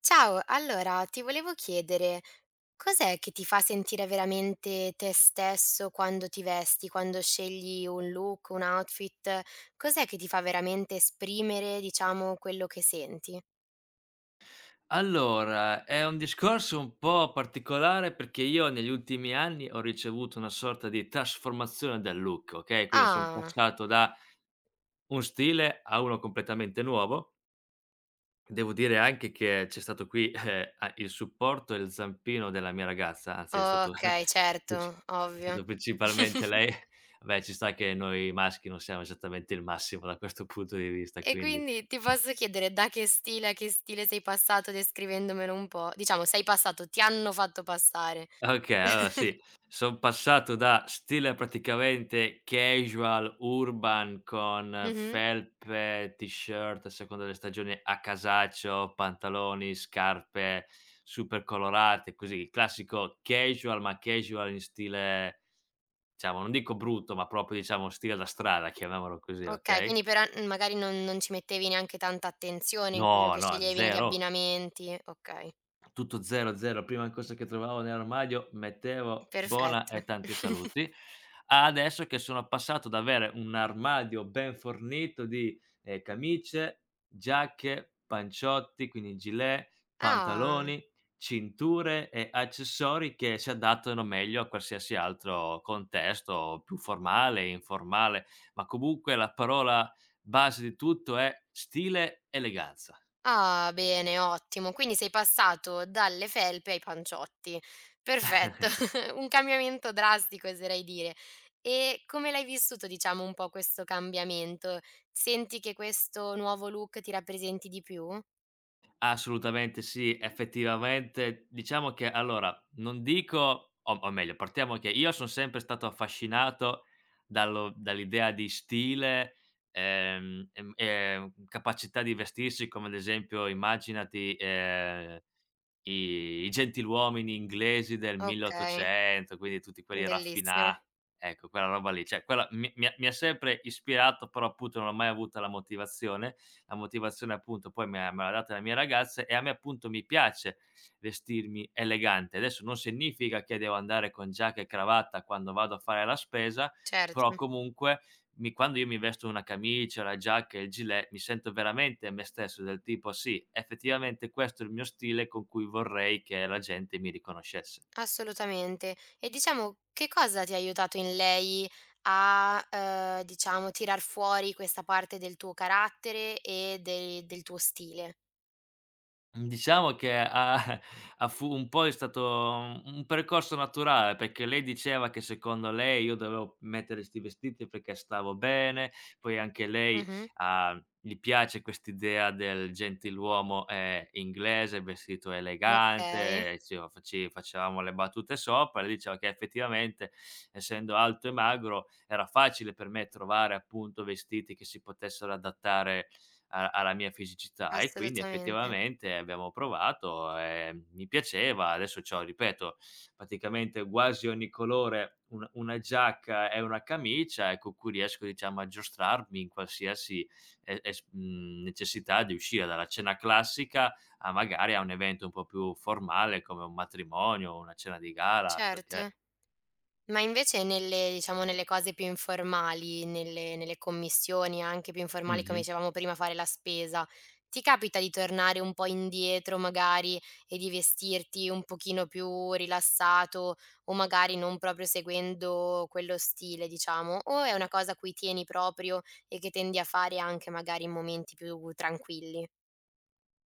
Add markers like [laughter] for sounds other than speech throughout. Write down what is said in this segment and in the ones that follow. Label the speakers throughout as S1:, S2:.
S1: Ciao, allora ti volevo chiedere, cos'è che ti fa sentire veramente te stesso quando ti vesti, quando scegli un look, un outfit? Cos'è che ti fa veramente esprimere, diciamo, quello che senti?
S2: Allora, è un discorso un po' particolare perché io negli ultimi anni ho ricevuto una sorta di trasformazione del look, okay, quindi son
S1: Ah,
S2: passato da un stile a uno completamente nuovo. Devo dire anche che c'è stato qui, a il supporto e il zampino della mia ragazza, anzi è stato.
S1: okay,
S2: [laughs] princi
S1: certo,
S2: È
S1: ovvio.
S2: stato principalmente
S1: [laughs]
S2: lei. Vabbè, ci sta che noi maschi non siamo esattamente il massimo da questo punto di vista,
S1: E
S2: quindi.
S1: quindi ti posso chiedere da che stile a che stile sei passato descrivendomelo un po'? Diciamo sei passato, ti hanno fatto passare.
S2: Okay, allora sì,
S1: [laughs]
S2: son passato da stile praticamente casual urban con
S1: Mh-mh.
S2: felpe, t-shirt a seconda delle stagioni, a casaccio, pantaloni, scarpe super colorate, così il classico casual, ma casual in stile, diciamo, non dico brutto, ma proprio, diciamo, stile da strada, chiamiamolo così,
S1: Okay,
S2: okay?
S1: quindi però, magari non ci mettevi neanche tanta attenzione in quello
S2: No,
S1: che
S2: no,
S1: sceglievi negli
S2: 0.
S1: abbinamenti. Okay,
S2: Tutto 0, 0, prima cosa che trovavo nell'armadio mettevo "buona"
S1: perfetto.
S2: e tanti
S1: [laughs]
S2: saluti, a adesso che sono passato da avere un armadio ben fornito di camicie, giacche, panciotti, quindi gilet,
S1: Ah,
S2: pantaloni, cinture e accessori che si adattano meglio a qualsiasi altro contesto, più formale e informale, ma comunque la parola base di tutto è stile, eleganza.
S1: ah bene, ottimo. Quindi sei passato dalle felpe ai panciotti. Perfetto,
S2: [laughs]
S1: [laughs] un cambiamento drastico oserei dire. E come l'hai vissuto diciamo un po' questo cambiamento? Senti che questo nuovo look ti rappresenti di più?
S2: Assolutamente sì, effettivamente diciamo che allora, non dico, o meglio partiamo che io son sempre stato affascinato dallo dall'idea di stile, capacità di vestirsi come ad esempio immaginati, i gentiluomini inglesi del
S1: Okay,
S2: 1800, quindi tutti quelli
S1: bellissimo,
S2: raffinati, ecco quella roba lì, cioè quella mi ha sempre ispirato, però appunto non ho mai avuto la motivazione. La motivazione appunto poi me l'ha data la mia ragazza e a me appunto mi piace vestirmi elegante. Adesso non significa che devo andare con giacca e cravatta quando vado a fare la spesa, però
S1: certo.
S2: comunque, mi quando io mi vesto una camicia, la giacca e il gilet, mi sento veramente me stesso, del tipo: "Sì, effettivamente questo è il mio stile con cui vorrei che la gente mi riconoscesse".
S1: Assolutamente. E diciamo che cosa ti ha aiutato in lei a, diciamo, tirar fuori questa parte del tuo carattere e de del tuo stile?
S2: Mhmm, diciamo che ha [laughs] ha fu un po' è stato un percorso naturale, perché lei diceva che secondo lei io dovevo mettere 'sti vestiti perché stavo bene, poi anche lei,
S1: Mh-mh.
S2: ha gli piace quest'idea del gentiluomo inglese vestito
S1: Okay,
S2: elegante, e ci faci facevamo le battute sopra, lei diceva che effettivamente essendo alto e magro era facile per me trovare appunto vestiti che si potessero adattare a alla mia fisicità e quindi
S1: assolutamente.
S2: effettivamente abbiamo provato e mi piaceva. Adesso c'ho, ripeto, praticamente quasi ogni colore, un una giacca e una camicia e con cui riesco, diciamo, a giostrarmi in qualsiasi necessità di uscire, dalla cena classica a magari a un evento un po' più formale come un matrimonio, una cena di gala, quel che è.
S1: Certo. Ma invece nelle diciamo, nelle cose più informali, nelle nelle commissioni anche più informali, come
S2: Mh-mh.
S1: dicevamo prima, fare la spesa, ti capita di tornare un po' indietro magari e di vestirti un pochino più rilassato o magari non proprio seguendo quello stile, diciamo? O è una cosa a cui tieni proprio e che tendi a fare anche magari in momenti più tranquilli?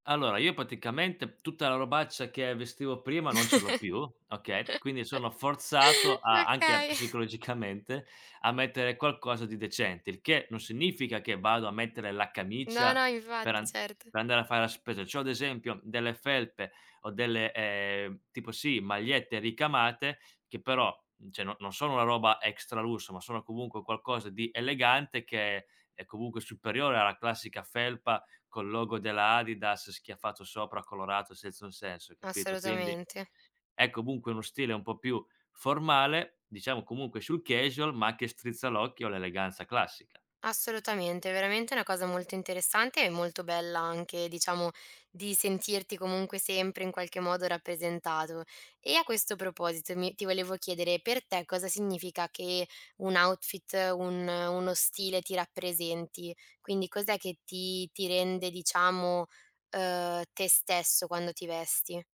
S2: Allora, io praticamente tutta la robaccia che vestivo prima non ce l'ho
S1: [laughs]
S2: più, okay, quindi sono forzato a anche
S1: Okay.
S2: psicologicamente a mettere qualcosa di decente, il che non significa che vado a mettere la
S1: No, no,
S2: camicia per
S1: infatti,
S2: an
S1: certo.
S2: per andare a fare la spesa. C'ho ad esempio delle felpe o delle, tipo, sì, magliette ricamate che però, cioè, no, non sono una roba extra lusso, ma sono comunque qualcosa di elegante che è comunque superiore alla classica felpa col logo della Adidas schiaffato sopra, colorato senza un senso, capito? Quindi
S1: Assolutamente.
S2: è comunque uno stile un po' più formale, diciamo, comunque sul casual, ma che strizza l'occhio all'eleganza classica.
S1: Assolutamente, è veramente una cosa molto interessante e molto bella anche, diciamo, di sentirti comunque sempre in qualche modo rappresentato. E a questo proposito mi- ti volevo chiedere per te cosa significa che un outfit, un- uno stile ti rappresenti? Quindi cos'è che ti rende, diciamo, te stesso quando ti vesti?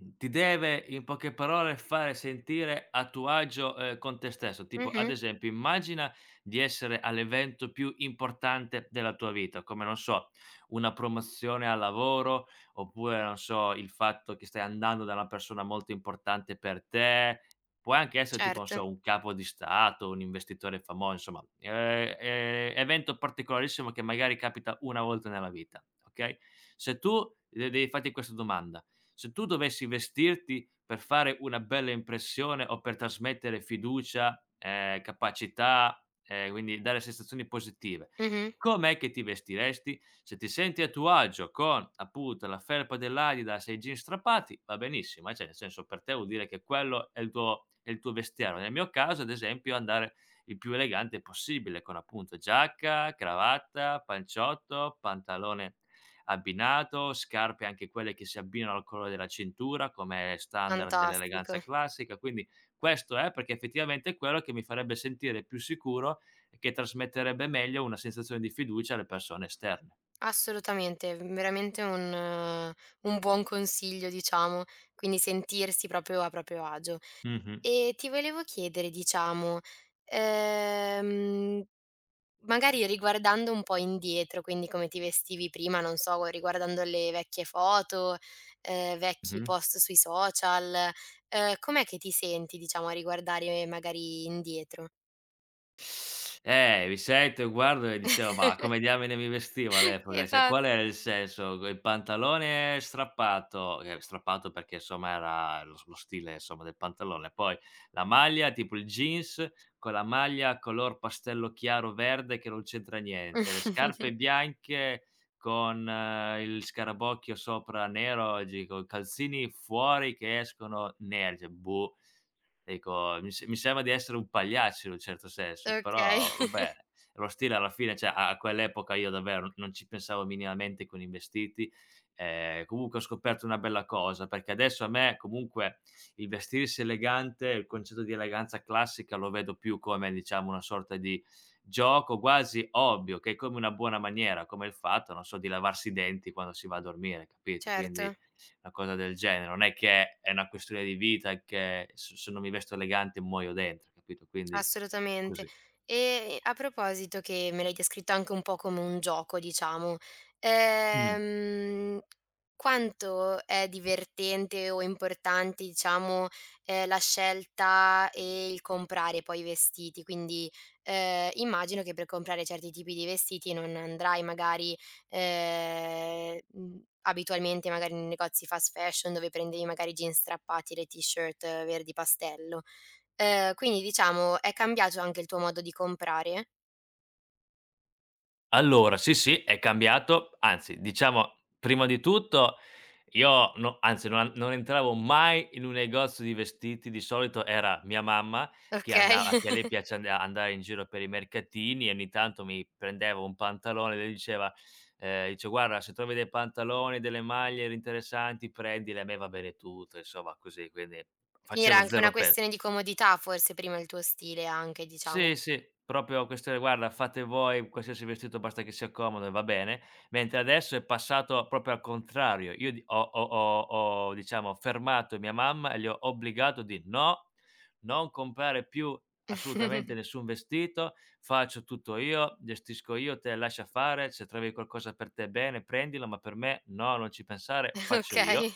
S2: Ti deve, in poche parole, fare sentire a tuo agio con te stesso. Tipo, ad
S1: Mhm,
S2: esempio, immagina di essere all'evento più importante della tua vita, come, non so, una promozione al lavoro, oppure, non so, il fatto che stai andando da una persona molto importante per te. Può anche essere tipo, non
S1: certo,
S2: so, un capo di stato, un investitore famo insomma, evento particolarissimo che magari capita una volta nella vita, okay? Se tu de devi farti questa domanda, se tu dovessi vestirti per fare una bella impressione o per trasmettere fiducia, capacità, quindi dare sensazioni positive,
S1: Mhm,
S2: com'è che ti vestiresti? Se ti senti a tuo agio con appunto la felpa dell'Adidas e i jeans strappati, va benissimo, cioè, nel senso, per te vuol dire che quello è il tuo vestiario. Nel mio caso, ad esempio, andare il più elegante possibile con appunto giacca, cravatta, panciotto, pantalone abbinato, scarpe, anche quelle, che si abbinano al colore della cintura come standard
S1: fantastico.
S2: dell'eleganza classica, quindi questo è perché effettivamente è quello che mi farebbe sentire più sicuro e che trasmetterebbe meglio una sensazione di fiducia alle persone esterne.
S1: Assolutamente, veramente un buon consiglio diciamo, quindi sentirsi proprio a proprio agio.
S2: Mh-mh,
S1: E ti volevo chiedere diciamo, ehm, magari riguardando un po' indietro, quindi come ti vestivi prima, non so, riguardando le vecchie foto, vecchi
S2: mh-mh.
S1: post sui social, com'è che ti senti diciamo a riguardare magari indietro?
S2: Mi sento, guardo e dicevo: "Ma come diamine mi vestivo
S1: [laughs]
S2: all'epoca? Cioè,
S1: Esatto.
S2: qual era il senso? Co Il pantalone strappato", strappato perché insomma era lo stile insomma del pantalone, poi la maglia, tipo il jeans con la maglia color pastello chiaro verde che non c'entra niente, le
S1: [laughs]
S2: scarpe bianche con, il scarabocchio sopra nero, e dico: "Calzini fuori che escono neri", cioè, boh. Ecco, mi se mi sembra di essere un pagliaccio in un certo senso,
S1: Okay,
S2: però vabbè,
S1: [laughs]
S2: lo stile alla fine, cioè, a quell'epoca io davvero non ci pensavo minimamente con i vestiti. Comunque ho scoperto una bella cosa, perché adesso a me comunque il vestirsi elegante, il concetto di eleganza classica lo vedo più come, diciamo, una sorta di gioco, quasi ovvio, che è come una buona maniera, come il fatto, non so, di lavarsi i denti quando si va a dormire, capito? Quindi
S1: certo.
S2: una cosa del genere, non è che è una questione di vita e che s se non mi vesto elegante muoio dentro, capito? Quindi
S1: Assolutamente.
S2: così.
S1: E a proposito che me l'hai descritto anche un po' come un gioco, diciamo,
S2: Mh.
S1: ehm, quanto è divertente o importante, diciamo, la scelta e il comprare poi i vestiti? Quindi, immagino che per comprare certi tipi di vestiti non andrai magari, abitualmente magari nei negozi fast fashion dove prendevi magari jeans strappati e le t-shirt verdi pastello. Quindi diciamo è cambiato anche il tuo modo di comprare,
S2: Allora, sì, sì, è cambiato. Anzi, diciamo, prima di tutto io, no, anzi, non entravo mai in un negozio di vestiti, di solito era mia mamma che
S1: okay?
S2: andava, che a lei
S1: [laughs]
S2: piace andare in giro per i mercatini e ogni tanto mi prendeva un pantalone, lei diceva, dice: "Guarda, se trovi dei pantaloni, delle maglie r interessanti, prendile, a me va bene tutto", insomma, così, quindi
S1: Quindi era
S2: facevo
S1: anche una
S2: 0. Pe
S1: questione di comodità forse prima il tuo stile anche diciamo.
S2: Sì, sì, proprio questione: "Guarda, fate voi qualsiasi vestito, basta che sia comodo e va bene." Mentre adesso è passato proprio al contrario. Io di ho ho ho ho, diciamo, fermato mia mamma e le ho obbligato di: "No, non comprare più assolutamente
S1: [laughs]
S2: nessun vestito, faccio tutto io, gestisco io, te lascia fare, se trovi qualcosa per te bene prendilo, ma per me no, non ci pensare, faccio io."
S1: Okay,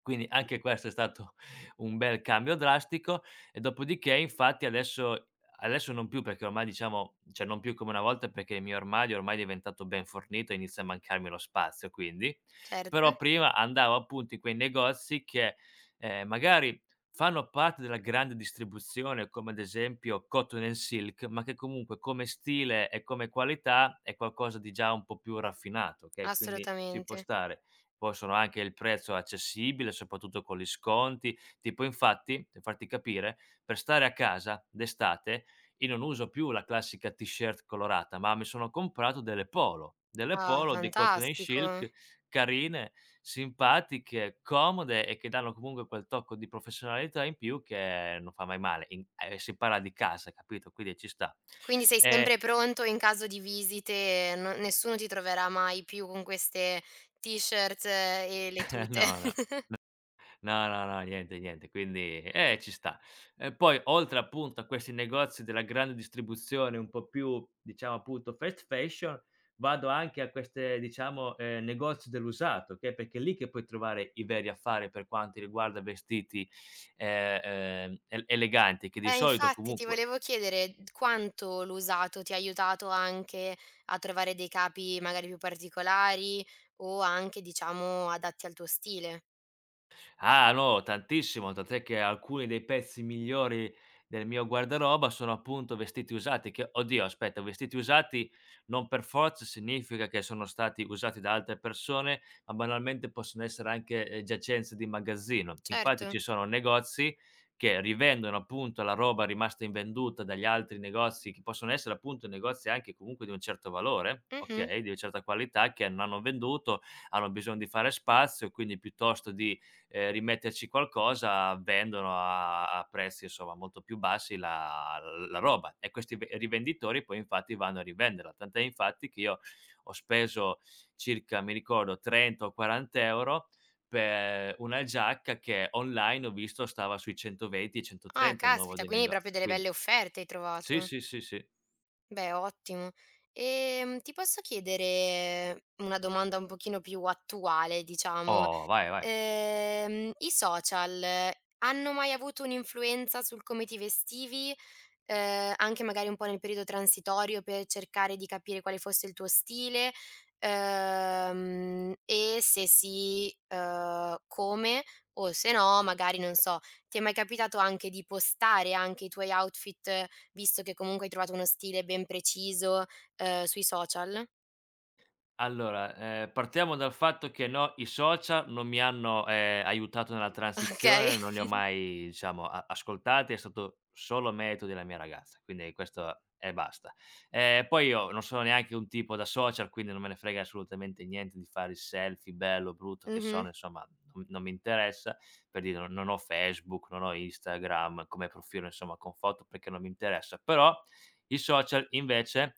S2: Quindi anche questo è stato [laughs] un bel cambio drastico e dopodiché infatti adesso, non più, perché ormai, diciamo, cioè non più come una volta, perché il mio armadio ormai è diventato ben fornito e inizia a mancarmi lo spazio, quindi.
S1: certo,
S2: Però prima andavo appunto in quei negozi che, magari, fanno parte della grande distribuzione come ad esempio Cotton & Silk, ma che comunque come stile e come qualità è qualcosa di già un po' più raffinato, okay, quindi ci può
S1: assolutamente.
S2: stare. Possono anche il prezzo accessibile, soprattutto con gli sconti. Tipo infatti, per farti capire, per stare a casa d'estate io non uso più la classica t-shirt colorata, ma mi sono comprato delle
S1: Ah,
S2: polo di Cotton and
S1: fantastico.
S2: Silk, carine, simpatiche, comode e che danno comunque quel tocco di professionalità in più che non fa mai male. In e si parla di casa, capito, quindi ci sta.
S1: Quindi sei sempre
S2: E
S1: pronto in caso di visite, no nessuno ti troverà mai più con queste t-shirt e le
S2: [laughs]
S1: tute.
S2: no, no. No, no, no, niente, niente, quindi, ci sta. E poi oltre appunto a questi negozi della grande distribuzione un po' più, diciamo, appunto, fast fashion, vado anche a queste, diciamo, negozi dell'usato, che, perché è lì che puoi trovare i veri affari per quanto riguarda vestiti el eleganti, che di solito
S1: Infatti ti
S2: comunque.
S1: volevo chiedere quanto l'usato ti ha aiutato anche a trovare dei capi magari più particolari o anche, diciamo, adatti al tuo stile.
S2: Ah, no, tantissimo, tant'è che alcuni dei pezzi migliori del mio guardaroba sono appunto vestiti usati che, oddio, aspetta, vestiti usati non per forza significa che sono stati usati da altre persone, ma banalmente possono essere anche, giacenze di magazzino. Infatti
S1: Certo.
S2: ci sono negozi che rivendono appunto la roba rimasta invenduta dagli altri negozi, che possono essere appunto negozi anche comunque di un certo valore,
S1: Mh-mh.
S2: okay, di una certa qualità che non hanno venduto, hanno bisogno di fare spazio, quindi piuttosto di, rimetterci qualcosa, vendono a prezzi insomma molto più bassi la roba e questi ve rivenditori poi infatti vanno a rivenderla. Tant'è infatti che io ho speso circa, mi ricordo, 30 o 40 € per una giacca che online ho visto stava sui 120,
S1: Ah,
S2: 130, un nuovo
S1: caspita,
S2: di
S1: quindi proprio
S2: negozio,
S1: delle belle
S2: quindi
S1: offerte hai
S2: sì,
S1: trovato.
S2: sì, sì, sì.
S1: Beh, ottimo. Ti posso chiedere una domanda un pochino più attuale, diciamo,
S2: Oh, vai, vai.
S1: I social hanno mai avuto un'influenza sul come ti vestivi? Anche magari un po' nel periodo transitorio per cercare di capire quale fosse il tuo stile? E se sì, come? O se no, magari non so, ti è mai capitato anche di postare anche i tuoi outfit, visto che comunque hai trovato uno stile ben preciso, sui social?
S2: Allora, partiamo dal fatto che no, i social non mi hanno, aiutato nella
S1: [laughs] Okay.
S2: transizione, non li ho mai, diciamo, a ascoltati, è stato solo merito della mia ragazza, quindi questo e basta. Poi io non sono neanche un tipo da social, quindi non me ne frega assolutamente niente di fare il selfie, bello, brutto che
S1: Mh-mh,
S2: sono, insomma non mi interessa, per dire non ho Facebook, non ho Instagram come profilo insomma con foto perché non mi interessa, però i social invece,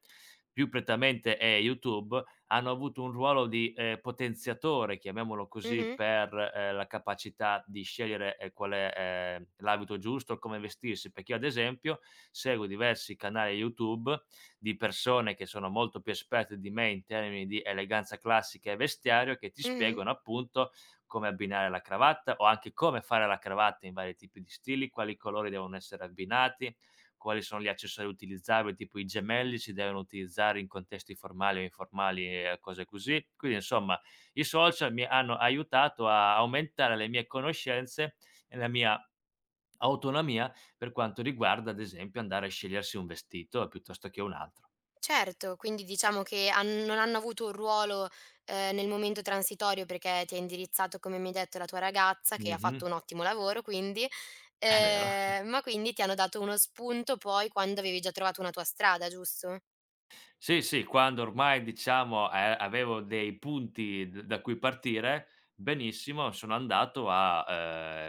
S2: più prettamente è YouTube, hanno avuto un ruolo di, potenziatore, chiamiamolo così,
S1: mh-mh,
S2: per, la capacità di scegliere, qual è, l'abito giusto, come vestirsi, perché io, ad esempio, seguo diversi canali YouTube di persone che sono molto più esperte di me in termini di eleganza classica e vestiario, che ti
S1: mh-mh.
S2: spiegano appunto come abbinare la cravatta o anche come fare la cravatta in vari tipi di stili, quali colori devono essere abbinati, quali sono gli accessori utilizzabili, tipo i gemelli si devono utilizzare in contesti formali o informali e, cose così. Quindi, insomma, i social mi hanno aiutato a aumentare le mie conoscenze e la mia autonomia per quanto riguarda, ad esempio, andare a scegliersi un vestito piuttosto che un altro.
S1: Certo, quindi diciamo che han non hanno avuto un ruolo, nel momento transitorio perché ti ha indirizzato, come mi hai detto, la tua ragazza che ha
S2: Mh-mh,
S1: fatto un ottimo lavoro quindi,
S2: è vero.
S1: ma quindi ti hanno dato uno spunto poi quando avevi già trovato una tua strada, giusto?
S2: Sì, sì, quando ormai, diciamo, avevo dei punti d da cui partire, benissimo, sono andato a,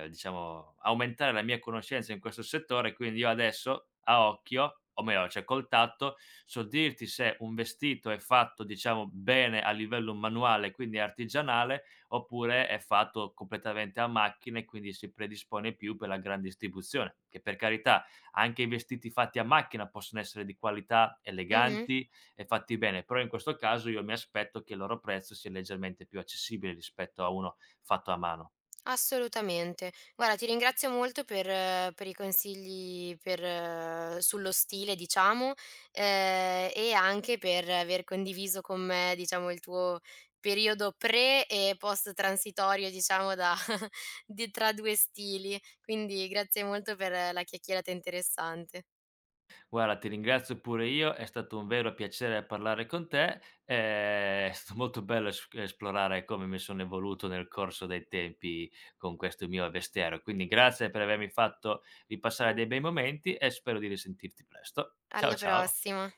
S2: diciamo, aumentare la mia conoscenza in questo settore, quindi io adesso a occhio, o meglio, cioè col tatto, so dirti se un vestito è fatto, diciamo, bene a livello manuale, quindi artigianale, oppure è fatto completamente a macchina e quindi si predispone più per la gran distribuzione. Che, per carità, anche i vestiti fatti a macchina possono essere di qualità,
S1: Mh-mh.
S2: eleganti e fatti bene, però in questo caso io mi aspetto che il loro prezzo sia leggermente più accessibile rispetto a uno fatto a mano.
S1: Assolutamente. Guarda, ti ringrazio molto per i consigli per, sullo stile, diciamo, e anche per aver condiviso con me, diciamo, il tuo periodo pre e post transitorio, diciamo, da, [laughs] di- tra due stili. Quindi grazie molto per la chiacchierata interessante.
S2: Guarda, ti ringrazio pure io, è stato un vero piacere parlare con te, [laughs] è stato molto bello es esplorare come mi sono evoluto nel corso dei tempi con questo mio vestiero, quindi grazie per avermi fatto ripassare dei bei momenti e spero di risentirti presto.
S1: Alla
S2: Ciao, ciao.
S1: prossima.